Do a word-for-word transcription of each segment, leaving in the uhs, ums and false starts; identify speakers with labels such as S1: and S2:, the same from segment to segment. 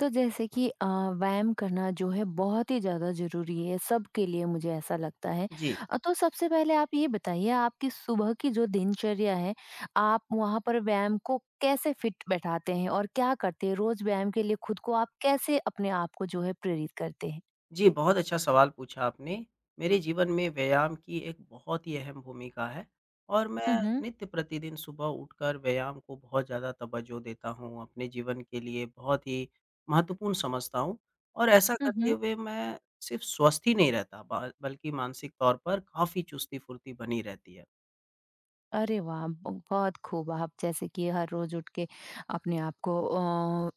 S1: तो जैसे कि अ, व्यायाम करना जो है बहुत ही ज़्यादा ज़रूरी है, सबके लिए मुझे ऐसा लगता है।
S2: जी।
S1: अ, तो सबसे पहले आप ये बताइए आपकी सुबह की जो दिनचर्या है, आप वहाँ पर व्यायाम को कैसे फिट बैठाते हैं और क्या करते हैं? रोज़ व्यायाम के लिए खुद को आप कैसे अपने आप को जो है प्रेरित करते हैं?
S2: जी, बहुत अच्छा सवाल पूछा आपने। मेरे जीवन में व्यायाम की एक बहुत ही अहम भूमिका है और मैं
S1: हुँ, हुँ।
S2: नित्य प्रतिदिन सुबह उठकर व्यायाम को बहुत ज़्यादा तवज्जो देता हूँ, अपने जीवन के लिए बहुत ही महत्वपूर्ण समझता हूँ और ऐसा
S1: हुँ,
S2: करते
S1: हुँ।
S2: हुए मैं सिर्फ स्वस्थ ही नहीं रहता ब बल्कि मानसिक तौर पर काफ़ी चुस्ती-फुर्ती बनी रहती है।
S1: अरे वाह! ब बहुत खूब आप जैसे कि हर रोज़ उठ के अपने आप को अ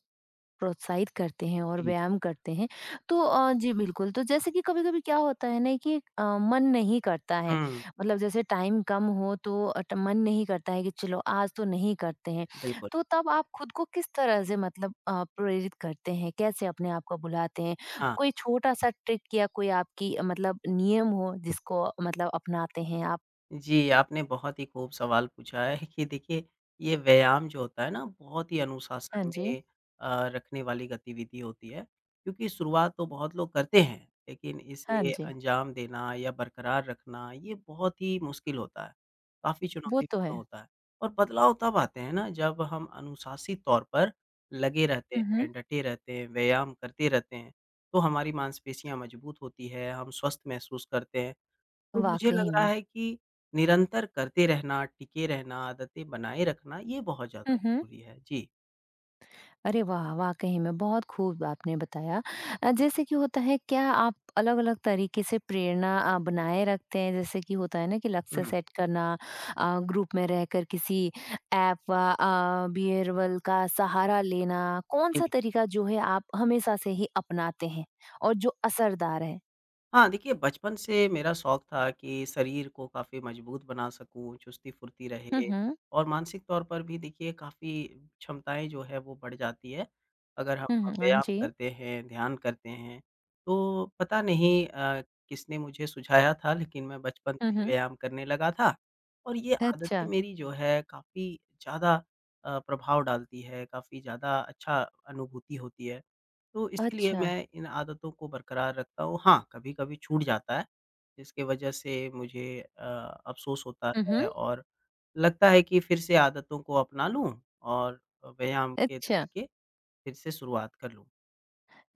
S1: प्रोत्साहित करते हैं और
S2: जी।
S1: व्यायाम करते हैं। तो अ, जी बिल्कुल, तो जैसे कि कभी-कभी क्या होता है ना कि अ, मन नहीं करता है,
S2: हुँ,
S1: मतलब जैसे टाइम कम हो तो अ, ट मन नहीं करता है कि चलो आज तो नहीं करते हैं।
S2: बिल्कुल।
S1: तो तब आप खुद को किस तरह से मतलब अ, प्रेरित करते हैं? कैसे अपने आप को बुलाते हैं?
S2: हाँ।
S1: कोई छोटा-सा ट्रिक या कोई आपकी अ, मतलब नियम हो जिसको मतलब अपनाते हैं आप?
S2: जी, आपने बहुत ही खूब सवाल पूछा है कि देखिए, ये व्यायाम जो होता है ना, बहुत ही
S1: हाँ
S2: अनुशासन
S1: जी, हाँ जी।
S2: में अ, रखने वाली गतिविधि होती है, क्योंकि शुरुआत तो बहुत लोग करते हैं, लेकिन
S1: हाँ
S2: इसे
S1: जी,
S2: अंजाम देना या बरकरार रखना, ये बहुत ही मुश्किल होता है, काफ़ी
S1: वो तो है।
S2: चुनौतीपूर्ण होता है। और बदलाव तब आते हैं ना, जब हम अनुशासित तौर पर लगे रहते
S1: हुँ, हुँ।
S2: हैं, डटे रहते हैं, व्यायाम करते रहते हैं, तो हमारी मांसपेशियाँ मजबूत होती है, हम स्वस्थ महसूस करते हैं। तो मुझे लग
S1: वाक़ई
S2: रहा
S1: में।
S2: है कि निरंतर करते रहना, टिके रहना, आदतें बनाए रखना, ये बहुत ज़्यादा
S1: हुँ, हुँ।
S2: ज़रूरी है। जी।
S1: अरे वाह! वाक़ई में बहुत खूब आपने बताया। अ, जैसे कि होता है क्या आप अलग-अलग तरीके से प्रेरणा अ, बनाए रखते हैं? जैसे कि होता है ना कि लक्ष्य
S2: हुँ।
S1: सेट करना अ, ग्रुप में रहकर किसी ऐप वा अ, बिहेवियरल का सहारा लेना,
S2: जी।
S1: कौन-सा तरीका जो है आप हमेशा से ही अपनाते हैं और जो असरदार है?
S2: हाँ, देखिए बचपन से मेरा शौक था कि शरीर को काफ़ी मजबूत बना सकूँ, चुस्ती-फुर्ती
S1: हुँ,
S2: रहे
S1: हुँ।
S2: और मानसिक तौर पर भी देखिए काफ़ी क्षमताएँ जो है वो बढ़ जाती है। अगर हम
S1: हुँ, हुँ। हाँ
S2: व्यायाम
S1: जी।
S2: करते हैं, ध्यान करते हैं, तो पता नहीं अ, किसने मुझे सुझाया था लेकिन मैं बचपन
S1: हुँ,
S2: से ही
S1: हुँ।
S2: व्यायाम करने लगा था और ये आदतें
S1: अच्छा।
S2: मेरी जो है काफ़ी ज़्यादा अ, प्रभाव डालती है, काफ़ी ज़्यादा अच्छा अनुभूति होती है। तो इसीलिए
S1: अच्छा।
S2: मैं इन आदतों को बरकरार रखता हूँ। हाँ, कभी-कभी छूट जाता है, जिसकी वजह से मुझे अ, अफ़सोस होता
S1: हुँ, हुँ।
S2: है और लगता है कि फिर से आदतों को अपना लूँ और व्यायाम के
S1: अच्छा।
S2: तरीके फिर से शुरुआत कर लूँ।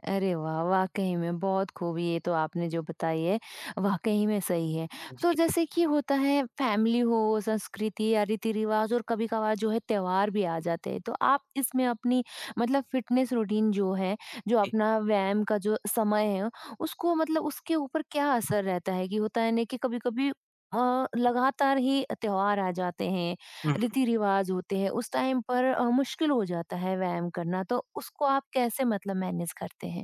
S1: अरे वाह! वाक़ई में बहुत खूब ये तो आपने जो बताई है, वाक़ई में सही है। तो
S2: जी,
S1: जैसे कि होता है फैमिली हो, संस्कृति या रीति-रिवाज़ और कभी-कभार जो है त्योहार भी आ जाते हैं। तो आप इसमें अपनी मतलब फ़िटनेस रूटीन जो है, जो
S2: जी।
S1: अपना व्यायाम का जो समय है, उसको मतलब उसके ऊपर क्या असर रहता है कि होता है ना कि कभी-कभी अ, लगातार ही त्योहार आ जाते हैं,
S2: हुँ, हुँ।
S1: रीति-रिवाज़ होते हैं, उस टाइम पर अ, मुश्किल हो जाता है व्यायाम करना। तो उसको आप कैसे मतलब मैनेज करते हैं?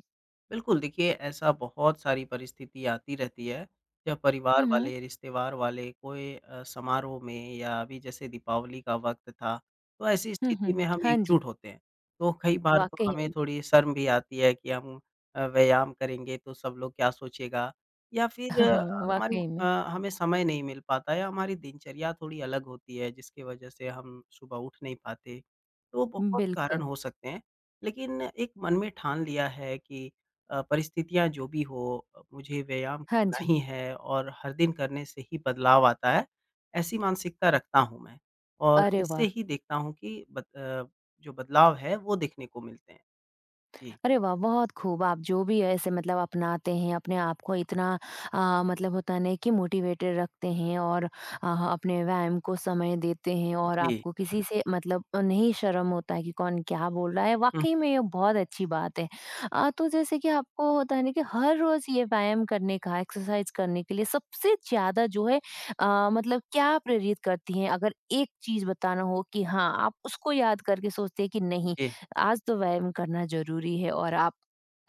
S2: बिल्कुल, देखिए ऐसा बहुत सारी परिस्थिति आती रहती है, जब परिवार
S1: हुँ, हुँ।
S2: वाले, रिश्तेदार वाले कोई अ, समारोह में या अभी जैसे दीपावली का वक़्त था, तो ऐसी
S1: हुँ,
S2: स्थिति में
S1: हुँ।
S2: हम
S1: हाँ जी,
S2: एकजुट होते हैं। तो कई बार तो
S1: वाक़ई
S2: हमें
S1: में।
S2: थोड़ी शर्म भी आती है कि हम अ, व्यायाम करेंगे तो सब लोग क्या सोचेगा या फिर
S1: हाँ,
S2: अ,
S1: हाँ,
S2: हमारी
S1: वाक़ई
S2: अ,
S1: में।
S2: हमें समय नहीं मिल पाता या हमारी दिनचर्या थोड़ी अलग होती है, जिसकी वजह से हम सुबह उठ नहीं पाते। तो बहुत कारण
S1: बिल्कुल।
S2: हो सकते हैं, लेकिन एक मन में ठान लिया है कि अ, परिस्थितियाँ जो भी हो, मुझे व्यायाम
S1: हाँ
S2: करना
S1: जी।
S2: ही है और हर दिन करने से ही बदलाव आता है, ऐसी मानसिकता रखता हूँ मैं। और
S1: अरे
S2: इससे
S1: वाह!
S2: ही देखता हूँ कि बद अ, जो बदलाव है वो देखने को मिलते हैं। जी,
S1: अरे वाह! बहुत खूब, आप जो भी ऐसे मतलब अपनाते हैं, अपने आप को इतना अ, मतलब होता है ना कि मोटिवेटेड रखते हैं और अ, अपने व्यायाम को समय देते हैं और
S2: जी।
S1: आपको किसी से मतलब नहीं शर्म होता है कि कौन क्या बोल रहा है,
S2: हुँ,
S1: वाक़ई में ये बहुत अच्छी बात है। अ, तो जैसे कि आपको होता है ना कि हर रोज़ ये व्यायाम करने का, एक्सरसाइज करने के लिए सबसे ज़्यादा जो है अ, मतलब क्या प्रेरित करती हैं? अगर एक चीज़ बताना हो कि हाँ, आप उसको याद करके सोचते हैं कि नहीं,
S2: जी,
S1: आज तो व्यायाम करना ज़रूरी है और आप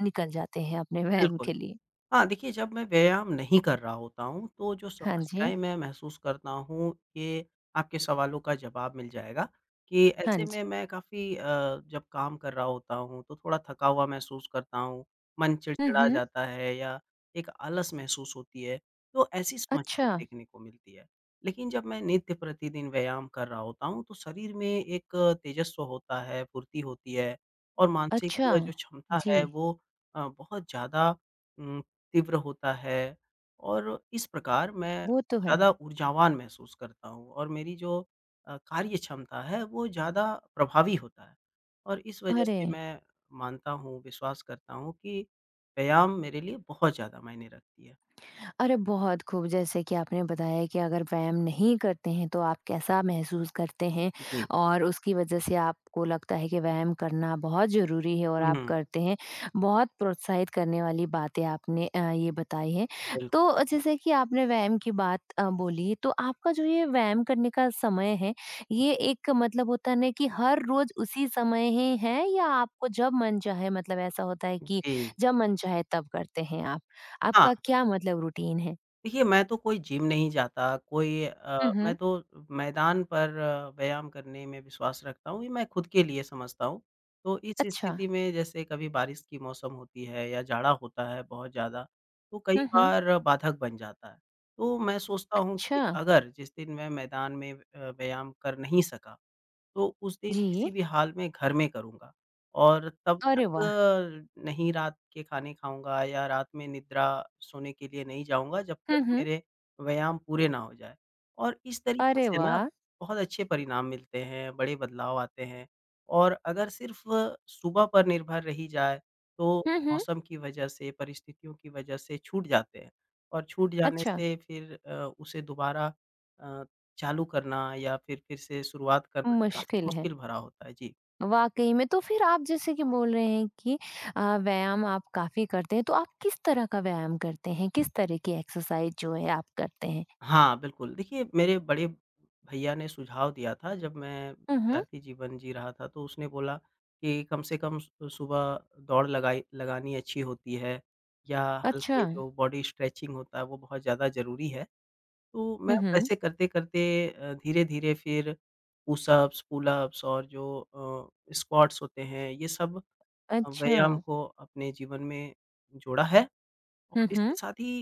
S1: निकल जाते हैं अपने व्यायाम
S2: बिल्कुल।
S1: के लिए।
S2: हाँ, देखिए जब मैं व्यायाम नहीं कर रहा होता हूँ, तो जो
S1: हाँ जी,
S2: समस्याएँ मैं महसूस करता हूँ, ये आपके सवालों का जवाब मिल जाएगा कि
S1: हाँ
S2: ऐसे में
S1: जी।
S2: मैं काफ़ी अ, जब काम कर रहा होता हूँ, तो थोड़ा थका हुआ महसूस करता हूँ, मन
S1: हुँ,
S2: चिड़चिड़ा
S1: हुँ।
S2: जाता है या एक आलस महसूस होती है, तो ऐसी
S1: अच्छा,
S2: समस्याएँ देखने को मिलती है। लेकिन जब मैं नित्य प्रतिदिन व्यायाम कर रहा होता हूँ, तो शरीर में एक तेजस्व होता है, फुर्ती होती है और मानसिक
S1: अच्छा।
S2: जो क्षमता
S1: जी,
S2: है, वो अ, बहुत ज़्यादा उम, तीव्र होता है और इस प्रकार मैं
S1: वो तो है।
S2: ज़्यादा ऊर्जावान महसूस करता हूँ और मेरी जो अ, कार्य क्षमता है वो ज़्यादा प्रभावी होता है और इस वजह
S1: अरे!
S2: से मैं मानता हूँ, विश्वास करता हूँ कि व्यायाम मेरे लिए बहुत ज़्यादा मायने रखती है।
S1: अरे बहुत खूब जैसे कि आपने बताया कि अगर व्यायाम नहीं करते हैं तो आप कैसा महसूस करते हैं
S2: जी।
S1: और उसकी वजह से आपको लगता है कि व्यायाम करना बहुत ज़रूरी है और आप
S2: हुँ,
S1: करते हैं। बहुत प्रोत्साहित करने वाली बातें आपने अ, ये बताई हैं।
S2: बिल्कुल।
S1: तो जैसे कि आपने व्यायाम की बात अ, बोली तो आपका जो ये व्यायाम करने का समय है ये एक मतलब होता है ना कि हर रोज़ उसी समय ही है या आपको जब मन चाहे मतलब ऐसा होता है कि
S2: जी।
S1: जब मन चाहे तब करते हैं आप?
S2: हाँ।
S1: आपका क्या मतलब रूटीन है?
S2: देखिए, मैं तो कोई जिम नहीं जाता, कोई अ,
S1: हुँ,
S2: मैं
S1: हुँ।
S2: तो मैदान पर अ, व्यायाम करने में विश्वास रखता हूँ, ये मैं खुद के लिए समझता हूँ। तो इस
S1: अच्छा।
S2: स्थिति में जैसे कभी बारिश की मौसम होती है या जाड़ा होता है बहुत ज़्यादा, तो कई
S1: हुँ, हुँ।
S2: बार बाधक बन जाता है। तो मैं सोचता हूँ कि
S1: अच्छा।
S2: अगर जिस दिन मैं मैदान में अ, व्यायाम कर नहीं सका तो उस दिन किसी
S1: जी।
S2: भी हाल में घर में करूँगा और तब
S1: अरे वाह!
S2: तक अ, नहीं रात के खाने खाऊँगा या रात में निद्रा सोने के लिए नहीं जाऊँगा जब तक
S1: हुँ, हुँ।
S2: मेरे व्यायाम पूरे ना हो जाएँ। और इस तरीके
S1: अरे
S2: से ना
S1: वाह!
S2: बहुत अच्छे परिणाम मिलते हैं, बड़े बदलाव आते हैं और अगर सिर्फ़ सुबह पर निर्भर रही जाए तो
S1: हुँ, हुँ।
S2: मौसम की वजह से, परिस्थितियों की वजह से छूट जाते हैं और छूट जाने
S1: अच्छा,
S2: से फिर अ, उसे दोबारा अ चालू करना या फिर फिर से शुरुआत करना ये काफ़ी
S1: मुश्किल है।
S2: मुश्किल भरा होता है। जी।
S1: वाक़ई में तो फिर आप जैसे कि बोल रहे हैं कि अ, व्यायाम आप काफ़ी करते हैं, तो आप किस तरह का व्यायाम करते हैं? किस तरह की एक्सरसाइज़ जो है आप करते हैं?
S2: हाँ, बिल्कुल। देखिए, मेरे बड़े भैया ने सुझाव दिया था जब मैं
S1: हुँ, हुँ।
S2: विद्यार्थी जीवन जी रहा था, तो उसने बोला कि कम से कम सु सुबह दौड़ लगाई लगानी अच्छी होती है या
S1: अच्छा।
S2: हल्के जो बॉडी स्ट्रेचिंग होता है, वो बहुत ज़्यादा ज़रूरी है। तो मैं
S1: हुँ, हुँ।
S2: वैसे करते-करते अ, धीरे-धीरे फिर पुशअप्स, पुलअप्स और जो अ, स्क्वाट्स होते हैं, ये सब अ,
S1: अच्छा।
S2: व्यायाम को अपने जीवन में जोड़ा है। और
S1: हुँ,
S2: इसके
S1: हुँ।
S2: साथ ही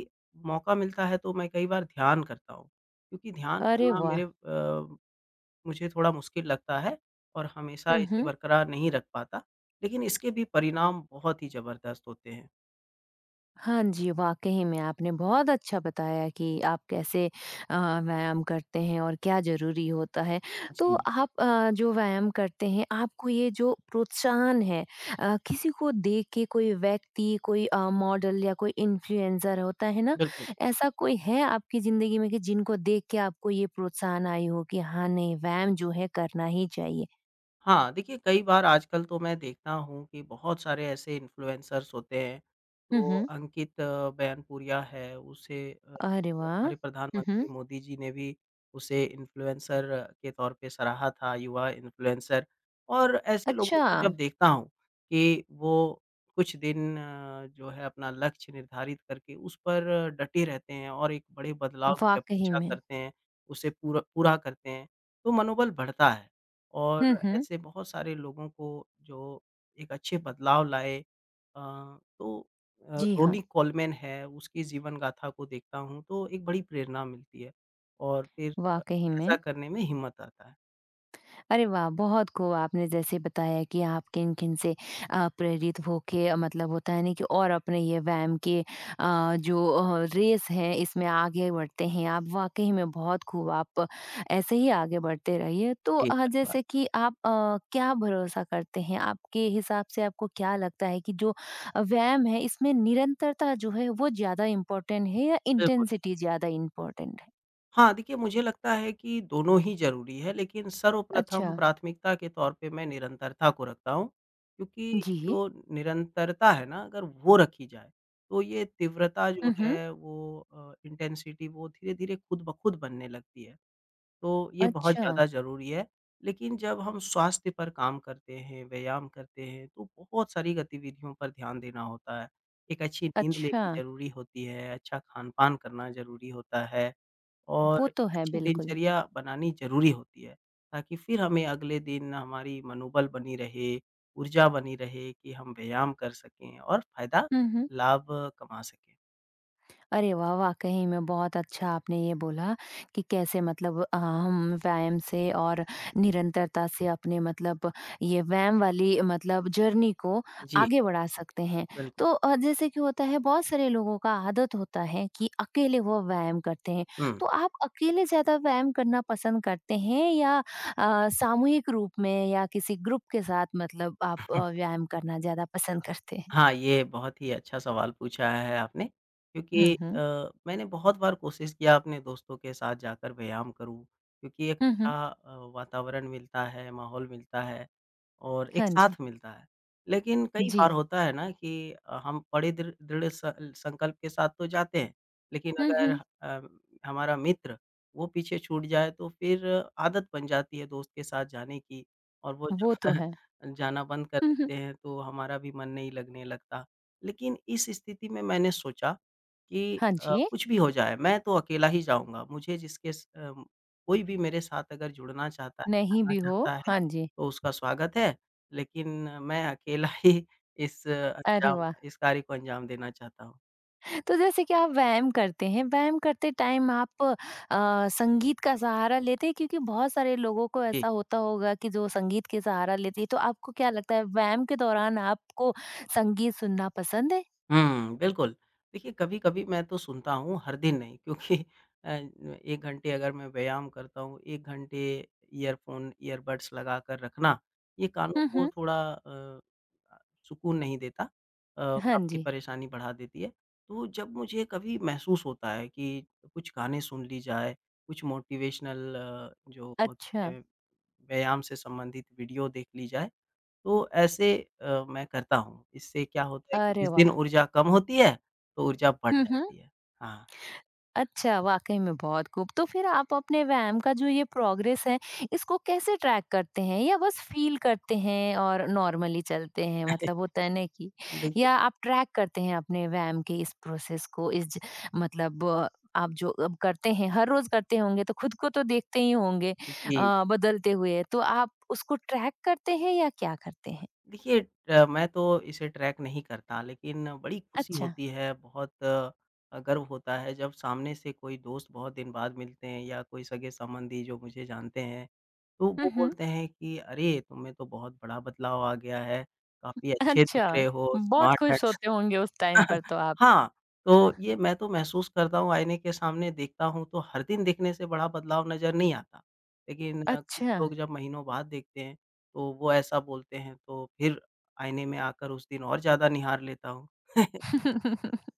S2: मौका मिलता है तो मैं कई बार ध्यान करता हूँ, क्योंकि ध्यान
S1: अरे
S2: करना
S1: वाह!
S2: मेरे अ, मुझे थोड़ा मुश्किल लगता है और हमेशा
S1: हुँ,
S2: इसे
S1: हुँ।
S2: बरकरार नहीं रख पाता, लेकिन इसके भी परिणाम बहुत ही ज़बरदस्त होते हैं।
S1: हाँ जी, वाक़ई में आपने बहुत अच्छा बताया कि आप कैसे अ, व्यायाम करते हैं और क्या ज़रूरी होता है। तो
S2: जी,
S1: आप अ, जो व्यायाम करते हैं, आपको ये जो प्रोत्साहन है अ, किसी को देख के कोई व्यक्ति, कोई अ, मॉडल या कोई इन्फ्लुएंसर होता है ना,
S2: बिल्कुल।
S1: ऐसा कोई है आपकी ज़िंदगी में कि जिनको देख के आपको ये प्रोत्साहन आई हो कि हाँ, नहीं व्यायाम जो है करना ही चाहिए?
S2: हाँ, देखिए कई बार आजकल तो मैं देखता हूँ कि बहुत सारे ऐसे इन्फ्लुएंसर्स होते हैं,
S1: हुँ,
S2: तो
S1: हुँ।
S2: अंकित बयानपुरिया है, उसे अ,
S1: अरे वाह!
S2: हमारे
S1: हुँ,
S2: प्रधानमंत्री
S1: हुँ।
S2: मोदी जी ने भी उसे इन्फ्लुएंसर के तौर पे सराहा था, युवा इन्फ्लुएंसर। और ऐसे लोगों
S1: अच्छा,
S2: को जब देखता हूँ कि वो कुछ दिन अ, जो है अपना लक्ष्य निर्धारित करके उस पर डटे रहते हैं और एक बड़े बदलाव की
S1: वाक़ई
S2: अपेक्षा
S1: में।
S2: करते हैं, उसे पूरा पूरा करते हैं, तो मनोबल बढ़ता है।
S1: हुँ,
S2: और
S1: हुँ।
S2: ऐसे बहुत सारे लोगों को जो एक अच्छे बदलाव लाए। अ, तो अ,
S1: जी हाँ।
S2: रोनी कोलमैन है, उसकी जीवन गाथा को देखता हूँ तो एक बड़ी प्रेरणा मिलती है और फिर अ,
S1: वाक़ई
S2: ऐसा
S1: में।
S2: करने में हिम्मत आता है।
S1: अरे वाह! बहुत खूब आपने जैसे बताया कि आप किन-किन से अ, प्रेरित होके आ, मतलब होता है ना कि और अपने ये व्यायाम के अ, जो अ, रेस है इसमें आगे बढ़ते हैं आप। वाक़ई में बहुत खूब आप ऐसे ही आगे बढ़ते रहिए। तो
S2: जी,
S1: अ,
S2: धन्यवाद।
S1: जैसे कि आप अ, क्या भरोसा करते हैं? आपके हिसाब से आपको क्या लगता है कि जो व्यायाम है इसमें निरंतरता जो है वो ज़्यादा इम्पोर्टेंट है या
S2: बिल्कुल।
S1: इंटेंसिटी ज़्यादा इम्पोर्टेंट है?
S2: हाँ, देखिए मुझे लगता है कि दोनों ही ज़रूरी है, लेकिन सर्वप्रथम
S1: अच्छा।
S2: प्राथमिकता के तौर पे मैं निरंतरता को रखता हूँ, क्योंकि
S1: जी।
S2: जो निरंतरता है ना अगर वो रखी जाए, तो ये तीव्रता जो
S1: हुँ, हुँ।
S2: है वो अ, इंटेंसिटी वो धीरे-धीरे खुद ब खुद बनने लगती है। तो ये बहुत
S1: अच्छा।
S2: ज़्यादा ज़रूरी है, लेकिन जब हम स्वास्थ्य पर काम करते हैं, व्यायाम करते हैं, तो बहुत सारी गतिविधियों पर ध्यान देना होता है। एक अच्छी नींद
S1: अच्छा,
S2: लेनी ज़रूरी होती है, अच्छा खान-पान करना ज़रूरी होता है। और
S1: वो
S2: एक
S1: तो है
S2: अच्छी
S1: बिल्कुल।
S2: दिनचर्या बनानी ज़रूरी होती है, ताकि फिर हमें अगले दिन हमारी मनोबल बनी रहे, ऊर्जा बनी रहे कि हम व्यायाम कर सकें और फ़ायदा,
S1: हुँ, हुँ।
S2: लाभ कमा सकें।
S1: अरे वाह! वाक़ई में बहुत अच्छा आपने ये बोला कि कैसे मतलब अ, हम व्यायाम से और निरंतरता से अपने मतलब ये व्यायाम वाली मतलब जर्नी को
S2: जी,
S1: आगे बढ़ा सकते हैं।
S2: बिल्कुल।
S1: तो अ, जैसे कि होता है बहुत सारे लोगों का आदत होता है कि अकेले वो व्यायाम करते हैं।
S2: हुँ।
S1: तो आप अकेले ज़्यादा व्यायाम करना पसंद करते हैं या अ, सामूहिक रूप में या किसी ग्रुप के साथ मतलब आप अ, व्यायाम करना ज़्यादा पसंद करते हैं?
S2: हाँ, ये बहुत ही अच्छा सवाल पूछा है आपने
S1: हुँ,
S2: क्योंकि अ,
S1: हुँ।
S2: मैंने बहुत बार कोशिश किया अपने दोस्तों के साथ जाकर व्यायाम करूँ, क्योंकि एक
S1: हुँ, हुँ।
S2: अच्छा अ, वातावरण मिलता है, माहौल मिलता है। और एक
S1: हाँ
S2: साथ
S1: जी।
S2: मिलता है। लेकिन कई
S1: जी।
S2: बार होता है ना कि अ, हम बड़े दृ दृढ़ स संकल्प के साथ तो जाते हैं, लेकिन
S1: हुँ,
S2: अगर
S1: हुँ।
S2: अ, हमारा मित्र वो पीछे छूट जाए तो फिर आदत बन जाती है दोस्त के साथ जाने की और वो जब
S1: वो तो है।
S2: जाना बंद कर
S1: हुँ, हुँ।
S2: देते हैं तो हमारा भी मन नहीं लगने लगता। लेकिन इस स्थिति में मैंने सोचा कि
S1: हाँ
S2: अ,
S1: जी।
S2: कुछ भी हो जाए मैं तो अकेला ही जाऊँगा, मुझे जिसके स अ, कोई भी मेरे साथ अगर जुड़ना चाहता है,
S1: नहीं
S2: जाना
S1: भी हो
S2: चाहता है
S1: हाँ जी।
S2: तो उसका स्वागत है, लेकिन मैं अकेला ही इस
S1: अरे
S2: अंजाम
S1: वाह!
S2: इस कार्य को अंजाम देना चाहता हूँ।
S1: तो जैसे कि आप व्यायाम करते हैं, व्यायाम करते टाइम आप अ, संगीत का सहारा लेते हैं? क्योंकि बहुत सारे लोगों को
S2: जी।
S1: ऐसा होता होगा कि जो संगीत के सहारा लेते हैं, तो आपको क्या लगता है व्यायाम के दौरान आपको संगीत सुनना पसंद है?
S2: हुँ, बिल्कुल। देखिए, कभी-कभी मैं तो सुनता हूँ, हर दिन नहीं क्योंकि अ, एक घंटे अगर मैं व्यायाम करता हूँ, एक घंटे ईयरफ़ोन, ईयरबड्स लगा कर रखना, ये कानों
S1: हुँ,
S2: को
S1: हुँ।
S2: थोड़ा अ, सुकून नहीं देता अ,
S1: हाँ
S2: काफ़ी
S1: जी।
S2: परेशानी बढ़ा देती है। तो जब मुझे कभी महसूस होता है कि कुछ गाने सुन ली जाए, कुछ मोटिवेशनल जो होते
S1: अच्छा।
S2: हैं, व्यायाम से संबंधित वीडियो देख ली जाए, तो ऐसे अ, मैं करता हूँ। इससे क्या होता है कि
S1: अरे
S2: जिस दिन
S1: वाह!
S2: ऊर्जा कम होती है, तो ऊर्जा बढ़
S1: हुँ, हुँ।
S2: जाती है। हाँ।
S1: अच्छा, वाक़ई में बहुत खूब। तो फिर आप अपने व्यायाम का जो ये प्रोग्रेस है, इसको कैसे ट्रैक करते हैं या बस फ़ील करते हैं और नॉर्मली चलते हैं? मतलब होता है ना कि
S2: देखिए
S1: या आप ट्रैक करते हैं अपने व्यायाम के इस प्रोसेस को इस ज मतलब अ, आप जो अब करते हैं, हर रोज़ करते होंगे तो खुद को तो देखते ही होंगे
S2: जी।
S1: अ, बदलते हुए। तो आप उसको ट्रैक करते हैं या क्या करते हैं?
S2: देखिए अ, मैं तो इसे ट्रैक नहीं करता लेकिन बड़ी खुशी
S1: अच्छा।
S2: होती है, बहुत अ, गर्व होता है जब सामने से कोई दोस्त बहुत दिन बाद मिलते हैं या कोई सगे-संबंधी जो मुझे जानते हैं, तो
S1: हुँ,
S2: वो
S1: हुँ।
S2: बोलते हैं कि, "अरे! तुम में तो बहुत बड़ा बदलाव आ गया है, काफ़ी अच्छे दिख
S1: अच्छा,
S2: रहे हो,
S1: बहुत
S2: स्मार्ट है।"
S1: खुश होते होंगे उस टाइम पर तो आप।
S2: हाँ, तो ये मैं तो महसूस करता हूँ आईने के सामने देखता हूँ तो हर दिन देखने से बड़ा बदलाव नज़र नहीं आता। लेकिन अ, कुछ
S1: अच्छा।
S2: लोग जब महीनों बाद देखते हैं तो वो ऐसा बोलते हैं तो फिर आईने में आकर उस दिन और ज़्यादा निहार लेता हूँ।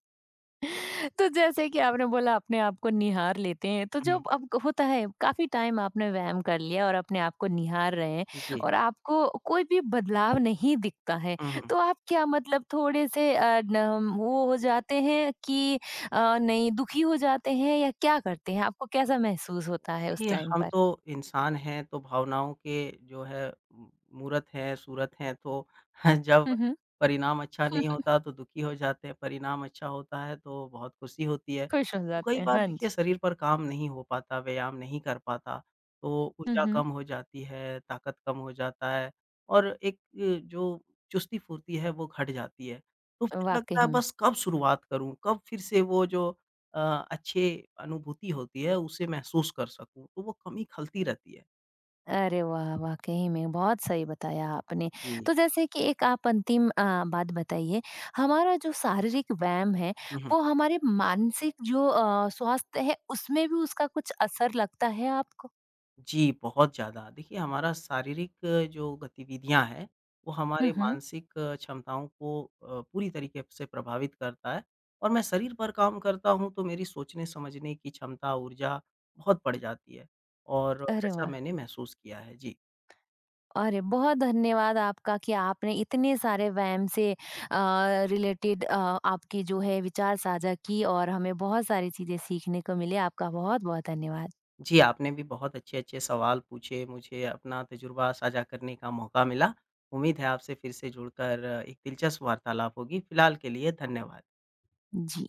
S1: तो जैसे कि आपने बोला अपने आप को निहार लेते हैं तो
S2: हुँ,
S1: जब अब होता है काफी टाइम आपने व्यायाम कर लिया और अपने आप को निहार रहे हैं
S2: जी।
S1: और आपको कोई भी बदलाव नहीं दिखता है
S2: हुँ, हुँ।
S1: तो आप क्या मतलब थोड़े से अ, न- वो हो जाते हैं कि अ, नहीं दुखी हो जाते हैं या क्या करते हैं आपको कैसा महसूस होता है उस
S2: जी,
S1: टाइम
S2: हम
S1: पर
S2: तो इंसान हैं, तो भावनाओं के जो है म मूरत हैं, सूरत हैं, तो जब
S1: हम्म
S2: परिणाम अच्छा नहीं होता तो दुखी हो जाते हैं, परिणाम अच्छा होता है तो बहुत खुशी होती है।
S1: खुश हो
S2: तो कई
S1: जाते हैं
S2: बार
S1: हाँ
S2: देखिए
S1: जी
S2: शरीर पर काम नहीं हो पाता, व्यायाम नहीं कर पाता, तो ऊर्जा
S1: हम्म
S2: कम हो जाती है, ताकत कम हो जाता है और एक अ, जो चुस्ती-फुर्ती है वो घट जाती है। तो फिर लगता है
S1: वाकई में
S2: बस कब शुरुआत करूँ? कब फिर से वो जो अ, अच्छे अनुभूति होती है उसे महसूस कर सकूँ, तो वो कमी खलती रहती है।
S1: अरे वाह! वाक़ई में बहुत सही बताया आपने।
S2: हुँ।
S1: तो जैसे कि एक आप अंतिम अ, बात बताइए, हमारा जो शारीरिक व्यायाम है,
S2: हुँ, हुँ।
S1: वो हमारे मानसिक जो अ, स्वास्थ्य है, उसमें भी उसका कुछ असर लगता है आपको?
S2: जी, बहुत ज़्यादा। देखिए हमारा शारीरिक अ, जो गतिविधियाँ हैं, वो हमारे
S1: हुँ, हुँ।
S2: मानसिक अ, क्षमताओं को अ, पूरी तरीके से प्रभावित करता है और मैं शरीर पर काम करता हूँ तो मेरी सोचने-समझने की क्षमता, ऊर्जा बहुत बढ़ जाती है और
S1: अरे
S2: ऐसा
S1: वाह!
S2: मैंने महसूस किया है। जी।
S1: अरे, बहुत धन्यवाद आपका कि आपने इतने सारे व्यायाम से अ, रिलेटेड अ, आपकी जो है विचार साझा की और हमें बहुत सारी चीज़ें सीखने को मिली। आपका बहुत-बहुत धन्यवाद।
S2: जी, आपने भी बहुत अच्छे-अच्छे सवाल पूछे, मुझे अपना तजुर्बा साझा करने का मौका मिला। उम्मीद है आपसे फिर से जुड़कर एक दिलचस्प वार्तालाप होगी। फिलहाल के लिए धन्यवाद।
S1: जी।